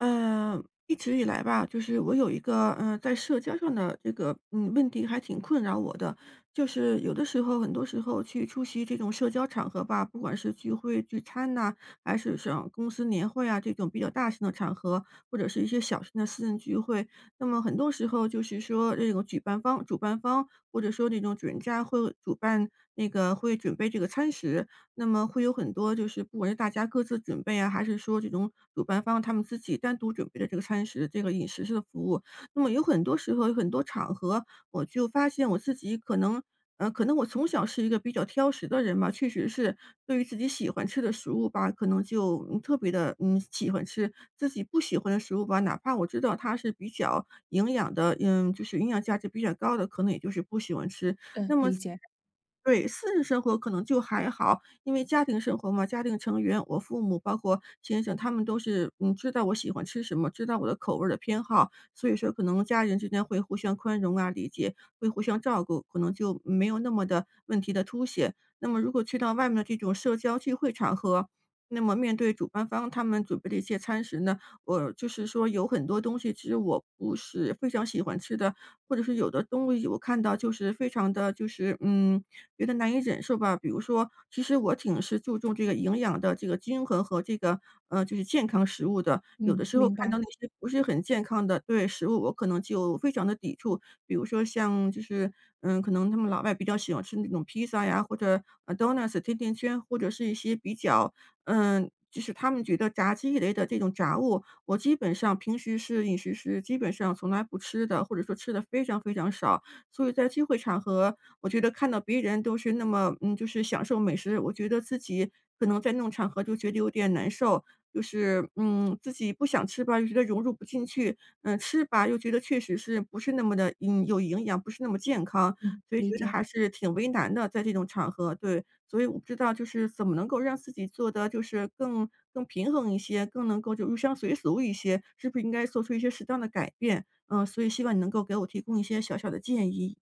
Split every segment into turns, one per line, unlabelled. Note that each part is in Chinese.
一直以来吧，就是我有一个，在社交上的这个，问题还挺困扰我的。就是有的时候，很多时候去出席这种社交场合吧，不管是聚会、聚餐呐、还是像公司年会啊这种比较大型的场合，或者是一些小型的私人聚会，那么很多时候就是说，这种举办方、主办方，或者说那种主人家会主办那个会准备这个餐食，那么会有很多就是不管是大家各自准备啊，还是说这种主办方他们自己单独准备的这个餐食、这个饮食式的服务。那么有很多时候、有很多场合，我就发现我自己可能我从小是一个比较挑食的人吧，确实是对于自己喜欢吃的食物吧，可能就特别的，喜欢吃。自己不喜欢的食物吧，哪怕我知道它是比较营养的，就是营养价值比较高的，可能也就是不喜欢吃。
嗯，
那么
理解。
对，私人生活可能就还好，因为家庭生活嘛，家庭成员，我父母包括先生，他们都是知道我喜欢吃什么，知道我的口味儿的偏好，所以说可能家人之间会互相宽容啊、理解，会互相照顾，可能就没有那么的问题的凸显。那么如果去到外面的这种社交聚会场合，那么面对主办方他们准备的一些餐食呢？我就是说有很多东西其实我不是非常喜欢吃的，或者是有的东西我看到就是非常的就是，觉得难以忍受吧。比如说，其实我挺是注重这个营养的这个均衡和这个，就是健康食物的。有的
嗯，
时候
明
看
白。
到那些不是很健康的对，食物我可能就非常的抵触。比如说像就是，可能他们老外比较喜欢吃那种披萨呀，或者，donuts 甜甜圈，或者是一些比较，就是他们觉得炸鸡一类的这种炸物，我基本上平时是饮食是基本上从来不吃的，或者说吃的非常非常少。所以在聚会场合，我觉得看到别人都是那么就是享受美食，我觉得自己可能在那种场合就觉得有点难受。就是，自己不想吃吧，又觉得融入不进去，吃吧，又觉得确实是不是那么的有营养，不是那么健康，
嗯，
所以觉
理
得
解。
还是挺为难的，在这种场合，对。所以我不知道就是怎么能够让自己做的就是更平衡一些，更能够就入乡随俗一些，是不是应该做出一些适当的改变？嗯，所以希望你能够给我提供一些小小的建议。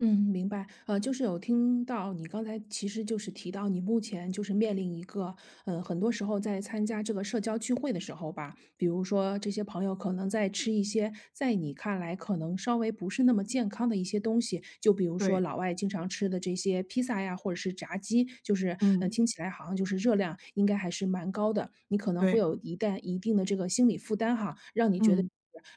嗯，明白。就是有听到你刚才其实就是提到你目前就是面临一个，很多时候在参加这个社交聚会的时候吧，比如说这些朋友可能在吃一些在你看来可能稍微不是那么健康的一些东西，就比如说
对，
老外经常吃的这些披萨呀，或者是炸鸡，
嗯，
听起来好像就是热量应该还是蛮高的，你可能会
对，
有一定的这个心理负担哈，让你觉得。
嗯，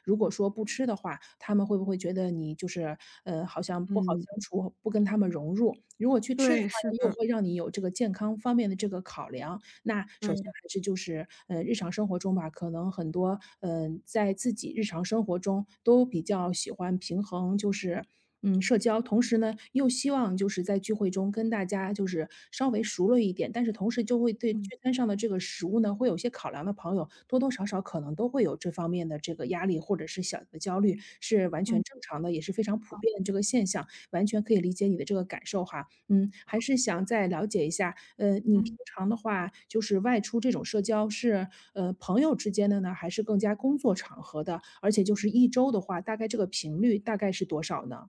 如果说不吃的话，他们会不会觉得你就是，好像不好
嗯，
相处，不跟他们融入？如果去吃的话
对，是
呢又
的，
会让你有这个健康方面的这个考量，那首先
对，
还是就是，日常生活中吧，可能很多在自己日常生活中都比较喜欢平衡，就是，嗯，社交，同时呢，又希望就是在聚会中跟大家就是稍微熟了一点，但是同时就会对聚
嗯，
餐上的这个食物呢，会有些考量的朋友，多多少少可能都会有这方面的这个压力或者是小的焦虑，是完全
嗯，
正常的，也是非常普
好，
遍的这个现象。完全可以理解你的这个感受哈。嗯，还是想再了解一下，你平
嗯。
常的话，就是外出这种社交是，朋友之间的呢，还是更加工作场合的？而且就是一周的话，大概这个频率大概是多少呢？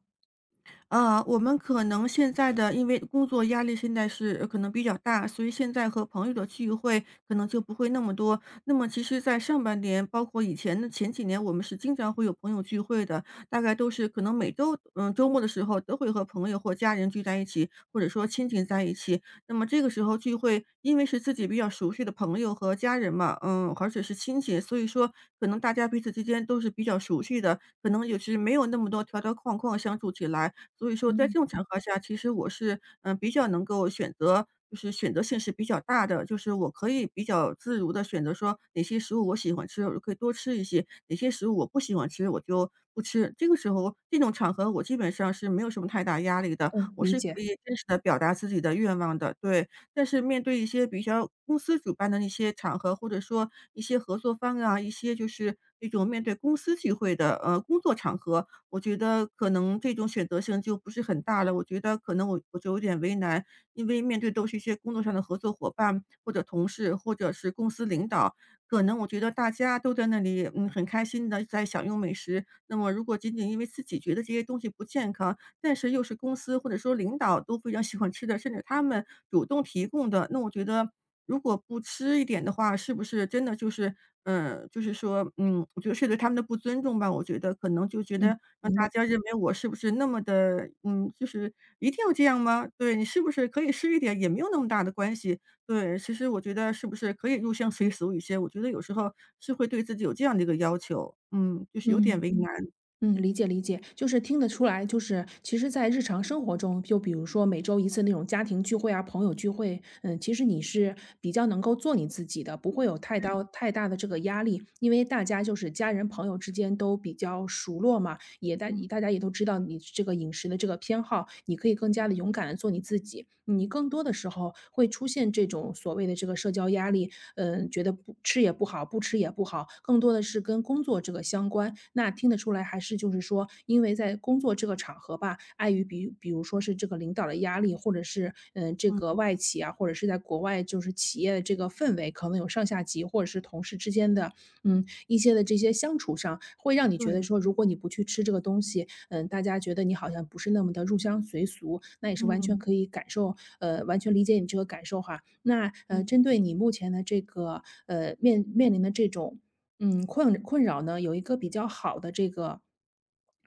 啊，我们可能现在的因为工作压力现在是可能比较大，所以现在和朋友的聚会可能就不会那么多。那么其实，在上半年，包括以前的前几年，我们是经常会有朋友聚会的，大概都是可能每周，周末的时候都会和朋友或家人聚在一起，或者说亲戚在一起。那么这个时候聚会，因为是自己比较熟悉的朋友和家人嘛，而且是亲戚，所以说可能大家彼此之间都是比较熟悉的，可能也是没有那么多条条框框相处起来。所以说在这
嗯，
种场合下，其实我是，比较能够选择就是选择性是比较大的，就是我可以比较自如的选择说哪些食物我喜欢吃，我就可以多吃一些，哪些食物我不喜欢吃，我就不吃。这个时候这种场合我基本上是没有什么太大压力的，
嗯，
我
理
是
解，
可以真实的表达自己的愿望的，对。但是面对一些比较公司主办的那些场合，或者说一些合作方啊，一些就是那种面对公司聚会的，工作场合，我觉得可能这种选择性就不是很大了。我觉得可能我就有点为难，因为面对都是一些工作上的合作伙伴，或者同事，或者是公司领导，可能我觉得大家都在那里，很开心的在享用美食。那么如果仅仅因为自己觉得这些东西不健康，但是又是公司或者说领导都非常喜欢吃的，甚至他们主动提供的，那我觉得如果不吃一点的话，是不是真的就是就是说，我觉得是对他们的不尊重吧。我觉得可能就觉得
嗯，
让
明白，
大家认为我是不是那么的，就是一定要这样吗？对你是不是可以吃一点，也没有那么大的关系。对，其实我觉得是不是可以入乡随俗一些？我觉得有时候是会对自己有这样的一个要求，就是有点
嗯。
为难。
嗯，理解理解，就是听得出来，就是其实，在日常生活中，就比如说每周一次那种家庭聚会啊、朋友聚会，嗯，其实你是比较能够做你自己的，不会有
对，
太大的这个压力，因为大家就是家人朋友之间都比较熟络嘛，
嗯
大家也都知道你这个饮食的这个偏好，你可以更加的勇敢的做你自己。你更多的时候会出现这种所谓的这个社交压力，嗯，觉得不吃也不好，更多的是跟工作这个相关。那听得出来还是就是说，因为在工作这个场合吧，碍于比如说是这个领导的压力，或者是，嗯，这个
嗯，
外企啊，或者是在国外就是企业的这个氛围，可能有上下级或者是同事之间的嗯，一些的这些相处上，会让你觉得
对，
说，如果你不去吃这个东西，嗯，大家觉得你好像不是那么的入乡随俗，那也是完全
嗯
可以感受，完全理解你这个感受哈。
嗯。
针对你目前的这个面临的这种嗯，困扰呢，有一个比较好的这个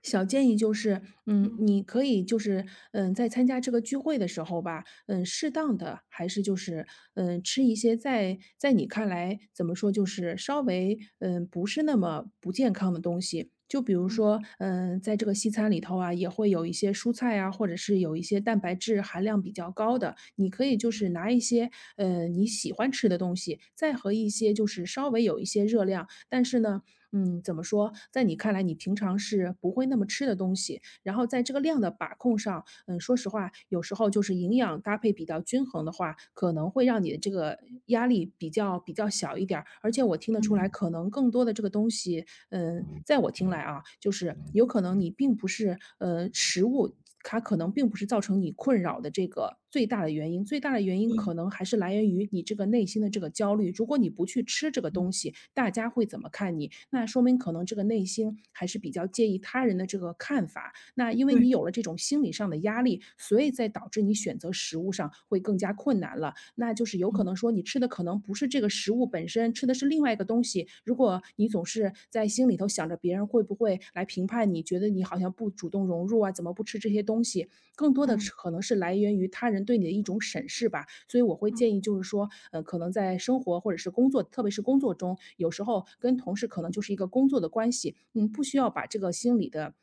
小建议，就是嗯，
嗯
你可以就是嗯，在参加这个聚会的时候吧，嗯，适当的还是就是嗯，吃一些在你看来怎么说，就是稍微不是那么不健康的东西。就比如
嗯
说，嗯，在这个西餐里头啊，也会有一些蔬菜啊，或者是有一些蛋白质含量比较高的，你可以就是拿一些，你喜欢吃的东西，再和一些就是稍微有一些热量，但是呢，嗯，怎么说，在你看来你平常是不会那么吃的东西，然后在这个量的把控上，嗯，说实话，有时候就是营养搭配比较均衡的话，可能会让你的这个压力比较小一点儿。而且我听得出来，
嗯，
可能更多的这个东西，嗯，在我听来啊，就是有可能你并不是食物。它可能并不是造成你困扰的这个最大的原因，最大的原因
嗯
可能还是来源于你这个内心的这个焦虑。如果你不去吃这个东西，大家会怎么看你？那说明可能这个内心还是比较介意他人的这个看法，那因为
对，
你有了这种心理上的压力，所以在导致你选择食物上会更加困难了。那就是有可能
嗯
说你吃的可能不是这个食物本身，吃的是另外一个东西。如果你总是在心里头想着别人会不会来评判你，觉得你好像不主动融入啊，怎么不吃这些东西，更多的
嗯
是可能是来源于他人对你的一种审视吧。所以我会
嗯
建议就是说，可能在生活或者是工作，特别是工作中，有时候跟同事可能就是一个工作的关系，嗯，不需要把这个心理的。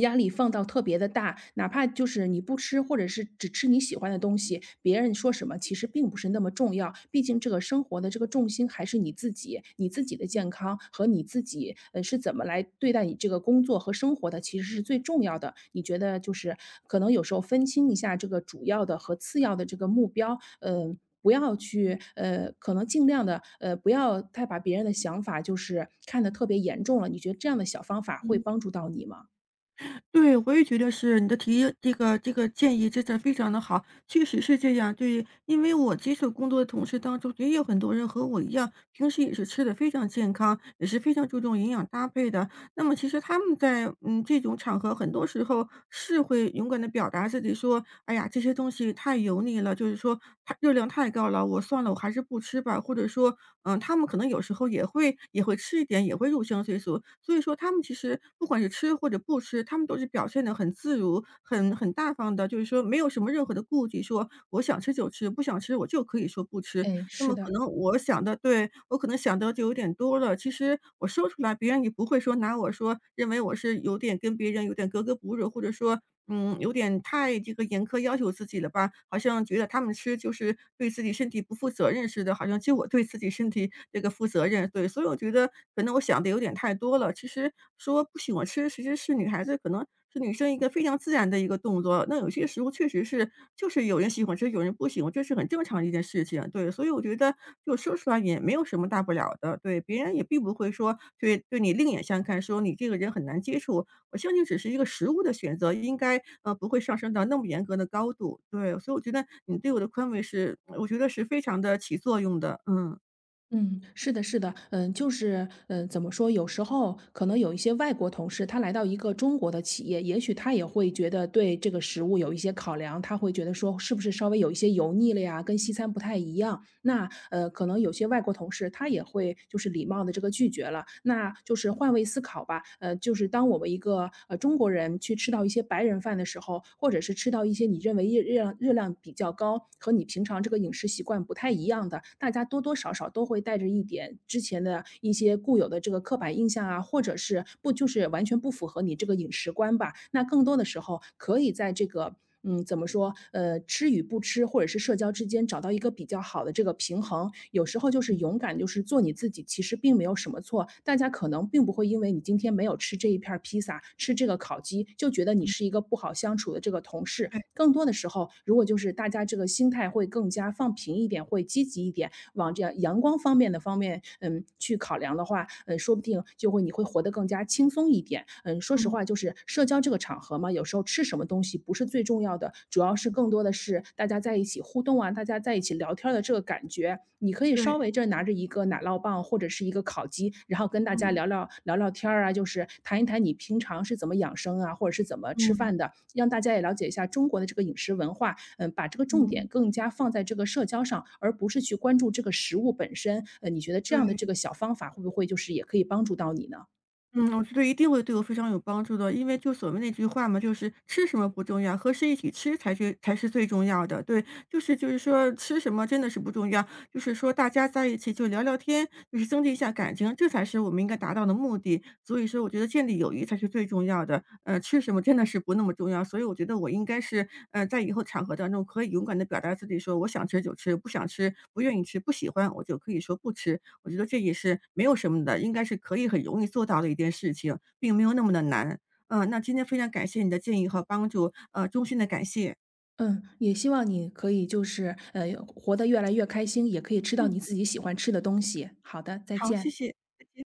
压力放到特别的大，哪怕就是你不吃，或者是只吃你喜欢的东西，别人说什么其实并不是那么重要。毕竟这个生活的这个。这个重心还是你自己，你自己的健康和你自己，是怎么来对待你这个工作和生活的，其实是最重要的。你觉得就是可能有时候分清一下这个主要的和次要的这个目标，不要去，可能尽量的，不要太把别人的想法就是看得特别严重了，你觉得这样的小方法会
嗯，
帮助到你吗？
对，我也觉得是你的提这个建议真的非常的好，确实是这样。对，因为我接触工作的同事当中，也有很多人和我一样，平时也是吃的非常健康，也是非常注重营养搭配的。那么其实他们在，这种场合很多时候是会勇敢的表达自己说：“哎呀，这些东西太油腻了，就是说它热量太高了，我算了，我还是不吃吧。”或者说，他们可能有时候也会吃一点，也会入乡随俗。所以说他们其实不管是吃或者不吃，他们都是表现的很自如、很大方的，就是说没有什么任何的顾忌，说我想吃就吃，不想吃我就可以说不吃。
哎，
那
是
么
的。
可能我想的对，我可能想的就有点多了，其实我说出来，别人也不会说拿我说认为我是有点跟别人有点格格不入，或者说，有点太这个严苛要求自己了吧，好像觉得他们吃就是对自己身体不负责任似的，好像就我对自己身体这个负责任。对，所以我觉得可能我想的有点太多了，其实说不喜欢吃，其实是女孩子可能是女生一个非常自然的一个动作。那有些食物确实是，就是有人喜欢吃，有人不喜欢，这是很正常的一件事情。对，所以我觉得就说出来也没有什么大不了的。对，别人也并不会说对你另眼相看，说你这个人很难接触。我相信只是一个食物的选择，应该不会上升到那么严格的高度。对，所以我觉得你对我的宽慰是，我觉得是非常的起作用的。嗯
嗯，是的，是的，嗯，就是，嗯，怎么说？有时候可能有一些外国同事，他来到一个中国的企业，也许他也会觉得对这个食物有一些考量，他会觉得说是不是稍微有一些油腻了呀，跟西餐不太一样。可能有些外国同事他也会就是礼貌的这个拒绝了。那就是换位思考吧，就是当我们一个中国人去吃到一些白人饭的时候，或者是吃到一些你认为热量比较高和你平常这个饮食习惯不太一样的，大家多多少。少少都会带着一点之前的一些固有的这个刻板印象啊，或者是不就是完全不符合你这个饮食观吧。那更多的时候可以在这个嗯，怎么说？呃，吃与不吃，或者是社交之间找到一个比较好的这个平衡。有时候就是
嗯
勇敢，就是做你自己，其实并没有什么错。大家可能并不会因为你今天没有吃这一片儿披萨，吃这个烤鸡，就觉得你
嗯，
是一个不好相处的这个同事。
对，
更多的时候，如果就是大家这个心态会更加放平一点，会积极一点，往这样阳光方面的方面，嗯，去考量的话，嗯，说不定就会你会活得更加轻松一点。嗯，说实
嗯
话，就是社交这个场合嘛，有时候吃什么东西不是最重要的，主要是更多的是大家在一起互动啊，大家在一起聊天的这个感觉。你可以稍
对，
微这拿着一个奶酪棒或者是一个烤鸡，然后跟大家
嗯
聊聊天儿啊，就是谈一谈你平常是怎么养生啊，或者是怎么吃饭
嗯
的，让大家也了解一下中国的这个饮食文化。嗯，把这个重点
嗯，
更加放在这个社交上，而不是去关注这个食物本身。呃，你觉得这样的这
对。
个小方法会不会就是也可以帮助到你呢？
嗯，我觉得一定会对我非常有帮助的，因为就所谓那句话嘛，就是吃什么不重要，和谁一起吃才是最重要的。对，就是说吃什么真的是不重要，就是说大家在一起就聊聊天，就是增进一下感情，这才是我们应该达到的目的。所以说我觉得建立友谊才是最重要的，吃什么真的是不那么重要。所以我觉得我应该是，在以后场合当中可以勇敢的表达自己说，我想吃就吃，不想吃、不愿意吃、不喜欢，我就可以说不吃。我觉得这也是没有什么的，应该是可以很容易做到的一件事情，并没有那么的难。那今天非常感谢你的建议和帮助，衷心的感谢。
嗯，也希望你可以就是活得越来越开心，也可以吃到
嗯，
你自己喜欢吃的东西。好的，再
好，
见。
谢谢。